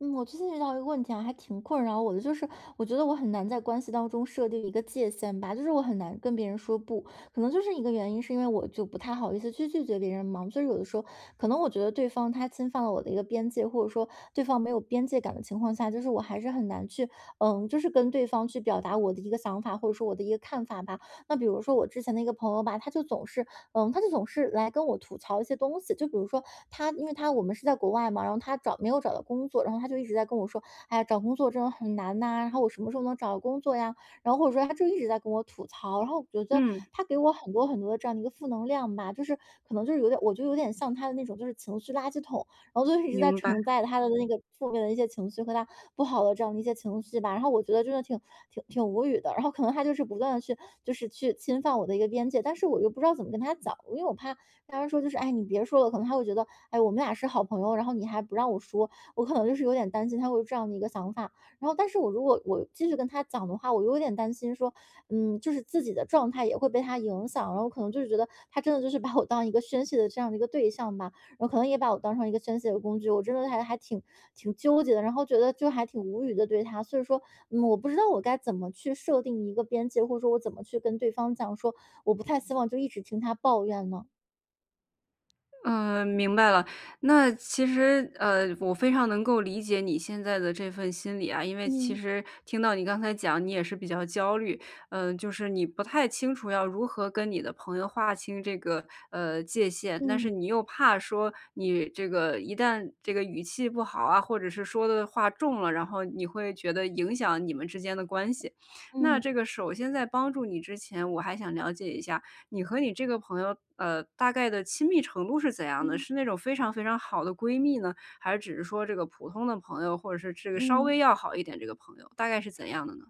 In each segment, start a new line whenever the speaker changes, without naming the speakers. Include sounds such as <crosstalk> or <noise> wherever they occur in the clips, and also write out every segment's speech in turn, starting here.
嗯，我最近遇到一个问题啊，还挺困扰我的，就是我觉得我很难在关系当中设定一个界限吧，就是我很难跟别人说不，可能就是一个原因，是因为我就不太好意思去拒绝别人嘛，就是有的时候可能我觉得对方他侵犯了我的一个边界，或者说对方没有边界感的情况下，就是我还是很难去，就是跟对方去表达我的一个想法，或者说我的一个看法吧。那比如说我之前的一个朋友吧，他就总是来跟我吐槽一些东西，就比如说因为他我们是在国外嘛，然后他没有找到工作，然后他就一直在跟我说，哎呀，找工作真的很难呐、然后我什么时候能找到工作呀？然后或者说他就一直在跟我吐槽，然后我觉得
嗯，
他给我很多很多的这样的一个负能量吧，就是可能就是有点，我就有点像他的那种就是情绪垃圾桶，然后就一直在
明白，
承载他的那个负面的一些情绪和他不好的这样的一些情绪吧。然后我觉得真的挺无语的。然后可能他就是不断的去就是去侵犯我的一个边界，但是我又不知道怎么跟他讲，因为我怕他说就是哎你别说了，可能他会觉得哎我们俩是好朋友，然后你还不让我说，我可能就是有点担心他会有这样的一个想法。然后但是如果我继续跟他讲的话，我又有点担心说就是自己的状态也会被他影响，然后可能就是觉得他真的就是把我当一个宣泄的这样的一个对象吧。然后可能也把我当成一个宣泄的工具，我真的还挺纠结的，然后觉得就还挺无语的对他。所以说，我不知道我该怎么去设定一个边界，或者说我怎么去跟对方讲说，我不太希望就一直听他抱怨呢？
嗯，明白了。那其实，我非常能够理解你现在的这份心理啊，因为其
嗯
实听到你刚才讲，你也是比较焦虑，就是你不太清楚要如何跟你的朋友划清这个界限，但是
嗯
你又怕说你这个一旦这个语气不好啊，或者是说的话重了，然后你会觉得影响你们之间的关系。那
嗯
这个首先在帮助你之前，我还想了解一下。你和你这个朋友，大概的亲密程度是怎样的？
嗯。
是那种非常非常好的闺蜜呢，还是只是说这个普通的朋友，或者是这个稍
嗯。
微要好一点这个朋友，大概是怎样的呢？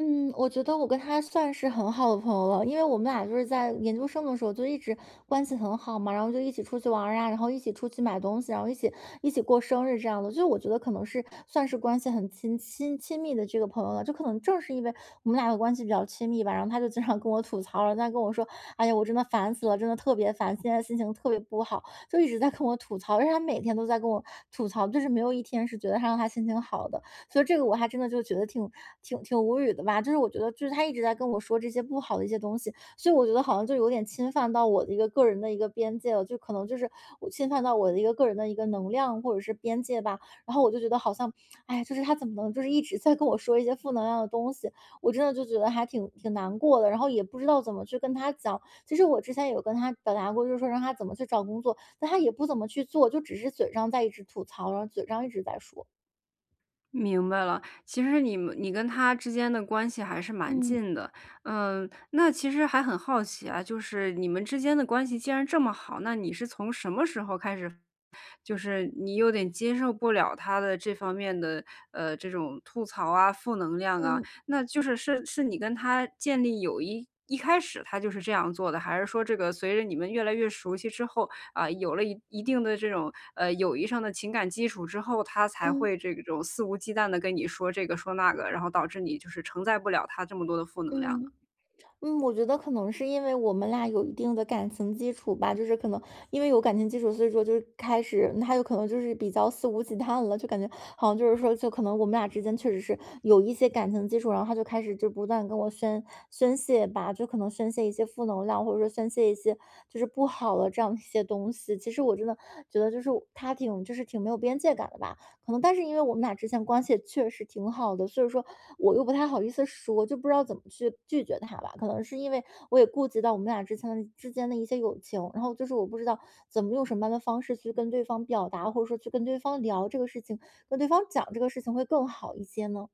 嗯，我觉得我跟他算是很好的朋友了，因为我们俩就是在研究生的时候就一直关系很好嘛，然后就一起出去玩儿啊，然后一起出去买东西，然后一起过生日这样的，就是我觉得可能是算是关系很亲密的这个朋友了，就可能正是因为我们俩的关系比较亲密吧，然后他就经常跟我吐槽，然后他跟我说，哎呀，我真的烦死了，真的特别烦，现在心情特别不好，就一直在跟我吐槽，而且他每天都在跟我吐槽，就是没有一天是觉得他让他心情好的。所以这个我还真的就觉得挺无语的吧，就是我觉得就是他一直在跟我说这些不好的一些东西，所以我觉得好像就有点侵犯到我的一个个人的一个边界了，就可能就是我侵犯到我的一个个人的一个能量或者是边界吧。然后我就觉得好像，哎，就是他怎么能就是一直在跟我说一些负能量的东西，我真的就觉得还挺难过的，然后也不知道怎么去跟他讲。其实我之前有跟他表达过，就是说让他怎么去找工作，但他也不怎么去做，就只是嘴上在一直吐槽，然后嘴上一直在说。
明白了，其实你跟他之间的关系还是蛮
嗯
近的，嗯，那其实还很好奇啊，就是你们之间的关系既然这么好，那你是从什么时候开始，就是你有点接受不了他的这方面的这种吐槽啊、负能量啊，
嗯。
那就是你跟他建立友谊一开始他就是这样做的，还是说这个随着你们越来越熟悉之后，啊，有了一定的这种，友谊上的情感基础之后，他才
嗯
会这种肆无忌惮的跟你说这个说那个，然后导致你就是承载不了他这么多的负能量呢？
嗯我觉得可能是因为我们俩有一定的感情基础吧，就是可能因为有感情基础，所以说就是开始，他有可能就是比较肆无忌惮了，就感觉好像就是说，就可能我们俩之间确实是有一些感情基础，然后他就开始就不断跟我宣泄吧，就可能宣泄一些负能量，或者说宣泄一些就是不好的这样一些东西。其实我真的觉得就是他挺就是挺没有边界感的吧，可能但是因为我们俩之前关系也确实挺好的，所以说我又不太好意思说，就不知道怎么去拒绝他吧。可能是因为我也顾及到我们俩之前的之间的一些友情，然后就是我不知道怎么用什么样的方式去跟对方表达，或者说去跟对方聊这个事情，跟对方讲这个事情会更好一些呢？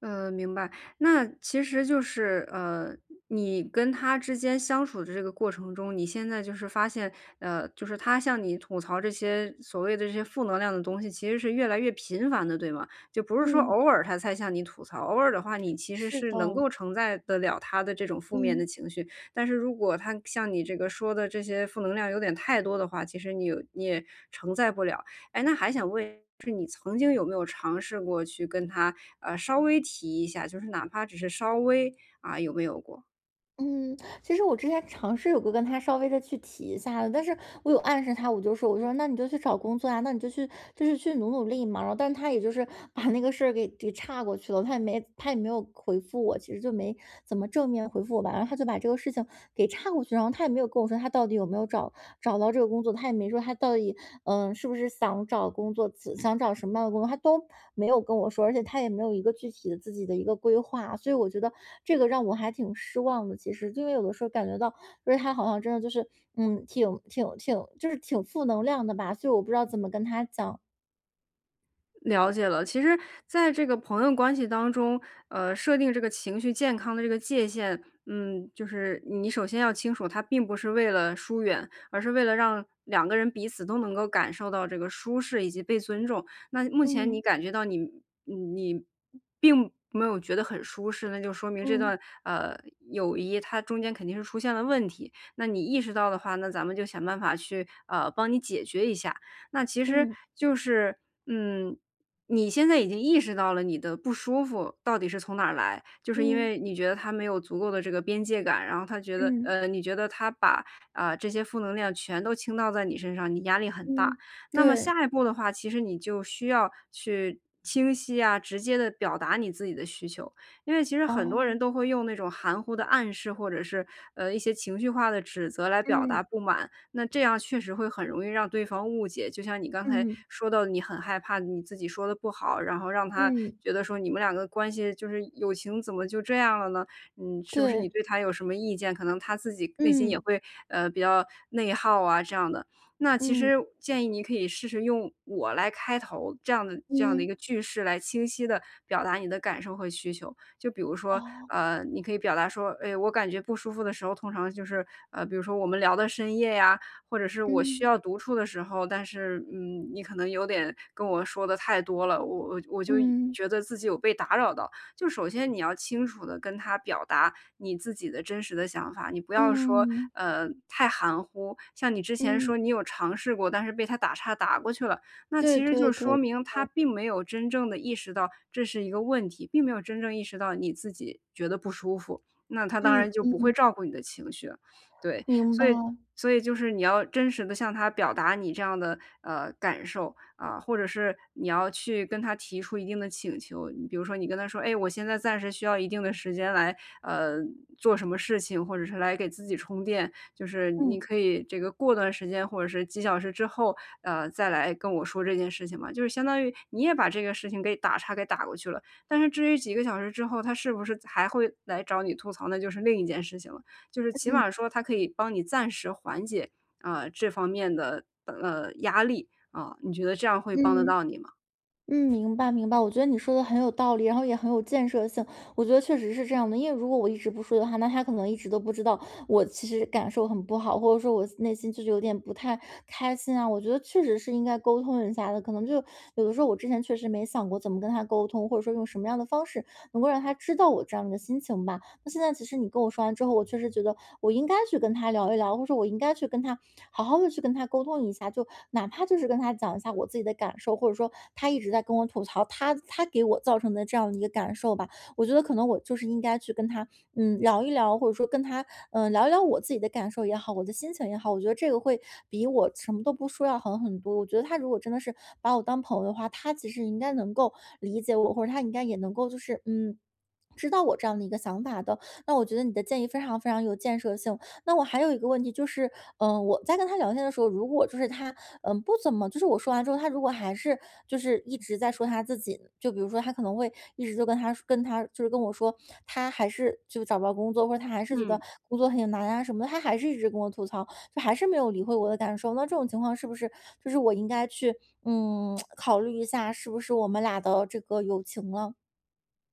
明白。那其实就是，你跟他之间相处的这个过程中，你现在就是发现，就是他向你吐槽这些所谓的这些负能量的东西，其实是越来越频繁的，对吗？就不是说
嗯，
偶尔他才向你吐槽，偶尔的话，你其实
是
是能
的，
够承载得了他的这种负面的
嗯。
情绪。但是如果他像你这个说的这些负能量有点太多的话，其实你也承载不了。哎，那还想问，就是你曾经有没有尝试过去跟他，稍微提一下，就是哪怕只是稍微，啊，有没有过？
嗯，其实我之前尝试有过跟他稍微的去提一下的，但是我有暗示他，我就说，我说那你就去找工作啊，那你就去就是去努努力嘛。然后，但是他也就是 <laughs> 把那个事儿给岔过去了，他也没有回复我，其实就没怎么正面回复我吧。然后他就把这个事情给岔过去，然后他也没有跟我说他到底有没有找到这个工作，他也没说他到底，是不是想找工作，只想找什么样的工作，他都没有跟我说，而且他也没有一个具体的自己的一个规划，所以我觉得这个让我还挺失望的。其实，因为有的时候感觉到，就是他好像真的就是，挺负能量的吧，所以我不知道怎么跟他讲。
了解了，其实在这个朋友关系当中，设定这个情绪健康的这个界限，嗯，就是你首先要清楚，它并不是为了疏远，而是为了让两个人彼此都能够感受到这个舒适以及被尊重。那目前你
嗯
感觉到你并没有觉得很舒适，那就说明这
嗯
段友谊它中间肯定是出现了问题。那你意识到的话，那咱们就想办法去帮你解决一下。那其实
嗯
就是嗯。你现在已经意识到了你的不舒服到底是从哪儿来，就是因
嗯
为你觉得他没有足够的这个边界感，然后他觉得，
嗯
呃，你觉得他把啊、这些负能量全都倾倒在你身上，你压力很大。
嗯，
那么
对，
下一步的话，其实你就需要去清晰啊、直接的表达你自己的需求，因为其实很多人
哦，
都会用那种含糊的暗示或者是一些情绪化的指责来表达
嗯
不满，那这样确实会很容易让对方误解。就像你刚才
嗯
说到，你很害怕你自己说的不好，然后让他
嗯，
觉得说你们两个关系就是友情怎么就这样了呢？嗯，是不是你
对，
对他有什么意见？可能他自己内心也
嗯
会比较内耗啊这样的。那其
嗯
实建议你可以试试用“我”来开头这样的一
嗯，
个句式来清晰的表达你的感受和需求。就比如说，
哦，
你可以表达说，哎，我感觉不舒服的时候，通常就是比如说我们聊到深夜呀，或者是我需
嗯
要独处的时候，但是，你可能有点跟我说的太多了，我就
嗯。
觉得自己有被打扰到。就首先你要清楚的跟他表达你自己的真实的想法，你不要说，
嗯，
太含糊。像你之前
嗯，
说你有尝试过，但是被他打岔打过去了，那
对
其实就
对
说
对，
明他并没有真正的意识到这是一个问题，并没有真正意识到你自己觉得不舒服，那他当
嗯
然就不会
嗯，
照顾你的情绪。对，
明
所
白，
以
嗯
所以就是你要真实的向他表达你这样的，感受，啊，或者是你要去跟他提出一定的请求。你比如说你跟他说：“哎，我现在暂时需要一定的时间来，呃，做什么事情，或者是来给自己充电，就是你可以这个过段时间或者是几小时之后，再来跟我说这件事情嘛。”就是相当于你也把这个事情给打岔给打过去了，但是至于几个小时之后，他是不是还会来找你吐槽，那就是另一件事情了。就是起码
嗯
说它可以帮你暂时缓解，啊，这方面的，压力，啊，你觉得这样会帮得
嗯
到你吗？
嗯，明白明白。我觉得你说的很有道理，然后也很有建设性。我觉得确实是这样的，因为如果我一直不说的话，那他可能一直都不知道我其实感受很不好，或者说我内心就是有点不太开心啊。我觉得确实是应该沟通一下的，可能就有的时候我之前确实没想过怎么跟他沟通，或者说用什么样的方式能够让他知道我这样的心情吧。那现在其实你跟我说完之后，我确实觉得我应该去跟他聊一聊，或者说我应该去跟他好好的去跟他沟通一下，就哪怕就是跟他讲一下我自己的感受，或者说他一直在跟我吐槽他给我造成的这样的一个感受吧。我觉得可能我就是应该去跟他聊一聊，或者说跟他，聊一聊我自己的感受也好，我的心情也好，我觉得这个会比我什么都不说要好很多。我觉得他如果真的是把我当朋友的话，他其实应该能够理解我，或者他应该也能够就是知道我这样的一个想法的，那我觉得你的建议非常非常有建设性，那我还有一个问题就是，我在跟他聊天的时候，如果就是他，不怎么，就是我说完之后，他如果还是就是一直在说他自己，就比如说他可能会一直就跟我说，他还是就找不到工作，或者他还是觉
嗯。
得工作很难啊什么的，他还是一直跟我吐槽，就还是没有理会我的感受。那这种情况是不是就是我应该去<tsk> 考虑一下，是不是我们俩的这个友情了？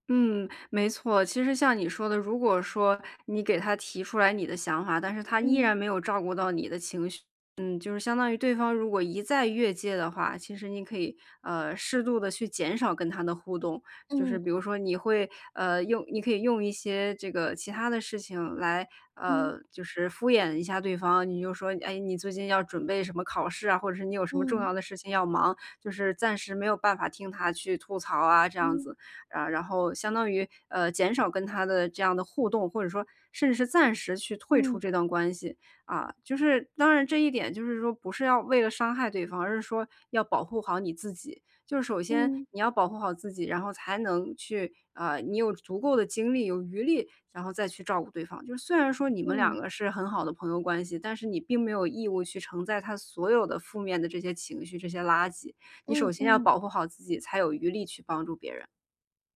嗯，没错。其实像你说的，如果说你给他提出来你的想法，但是他依然
嗯
没有照顾到你的情绪，嗯，就是相当于对方如果一再越界的话，其实你可以适度的去减少跟他的互动，就是比
嗯
如说你会你可以用一些这个其他的事情来
嗯
就是敷衍一下对方，你就说哎你最近要准备什么考试啊，或者是你有什么重要
嗯
的事情要忙，就是暂时没有办法听他去吐槽啊这样
嗯
子。啊，然后相当于减少跟他的这样的互动，或者说甚至是暂时去退出
嗯
这段关系啊。就是当然这一点就是说不是要为了伤害对方，而是说要保护好你自己。就是首先
嗯
你要保护好自己，然后才能去你有足够的精力、有余力，然后再去照顾对方。就是虽然说你们两
嗯
个是很好的朋友关系，但是你并没有义务去承载他所有的负面的这些情绪、这些垃圾。你首
嗯
先要
嗯。
保护好自己，才有余力去帮助别人。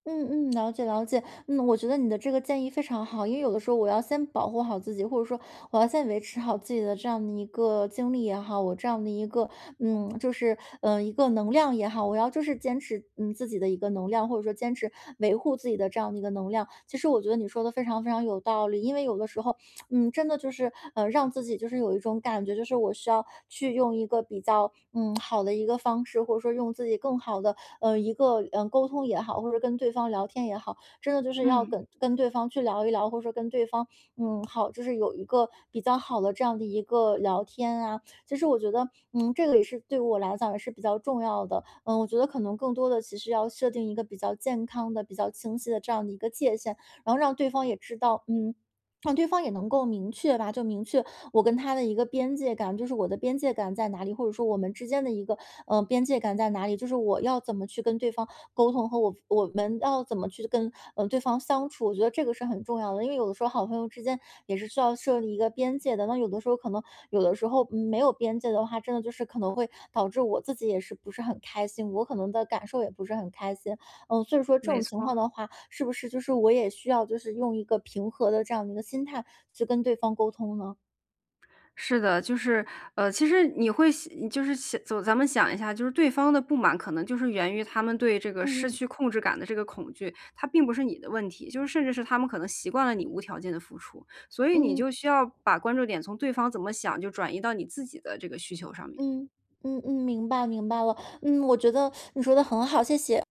嗯嗯，了解了解。嗯，我觉得你的这个建议非常好，因为有的时候我要先保护好自己，或者说我要先维持好自己的这样的一个精力也好，我这样的一个嗯，就是嗯、呃一个能量也好，我要就是坚持自己的一个能量，或者说坚持维护自己的这样的一个能量。其实我觉得你说的非常非常有道理，因为有的时候真的就是，让自己就是有一种感觉，就是我需要去用一个比较，好的一个方式，或者说用自己更好的，一个，沟通也好，或者跟对方聊天也好，真的就是要
嗯，
跟对方去聊一聊，或者说跟对方，好，就是有一个比较好的这样的一个聊天啊。其实我觉得，这个也是对于我来讲也是比较重要的。嗯，我觉得可能更多的其实要设定一个比较健康的、比较清晰的这样的一个界限，然后让对方也知道，让对方也能够明确吧，就明确我跟他的一个边界感，就是我的边界感在哪里，或者说我们之间的一个边界感在哪里，就是我要怎么去跟对方沟通和我们要怎么去跟对方相处，我觉得这个是很重要的，因为有的时候好朋友之间也是需要设立一个边界的，那有的时候没有边界的话，真的就是可能会导致我自己也是不是很开心，我可能的感受也不是很开心，所以说这
没
种
错，
情况的话，是不是就是我也需要就是用一个平和的这样的一个心态去跟对方沟通呢？
是的，就是，其实你会想就是想走咱们想一下，就是对方的不满可能就是源于他们对这个失
嗯嗯
去控制感的这个恐惧，它并不是你的问题，就是甚至是他们可能习惯了你无条件的付出，所以你
嗯
就需要把关注点从对方怎么想就转移到你自己的这个需求上面。
嗯嗯嗯，明白明白了。我觉得你说的很好，谢谢。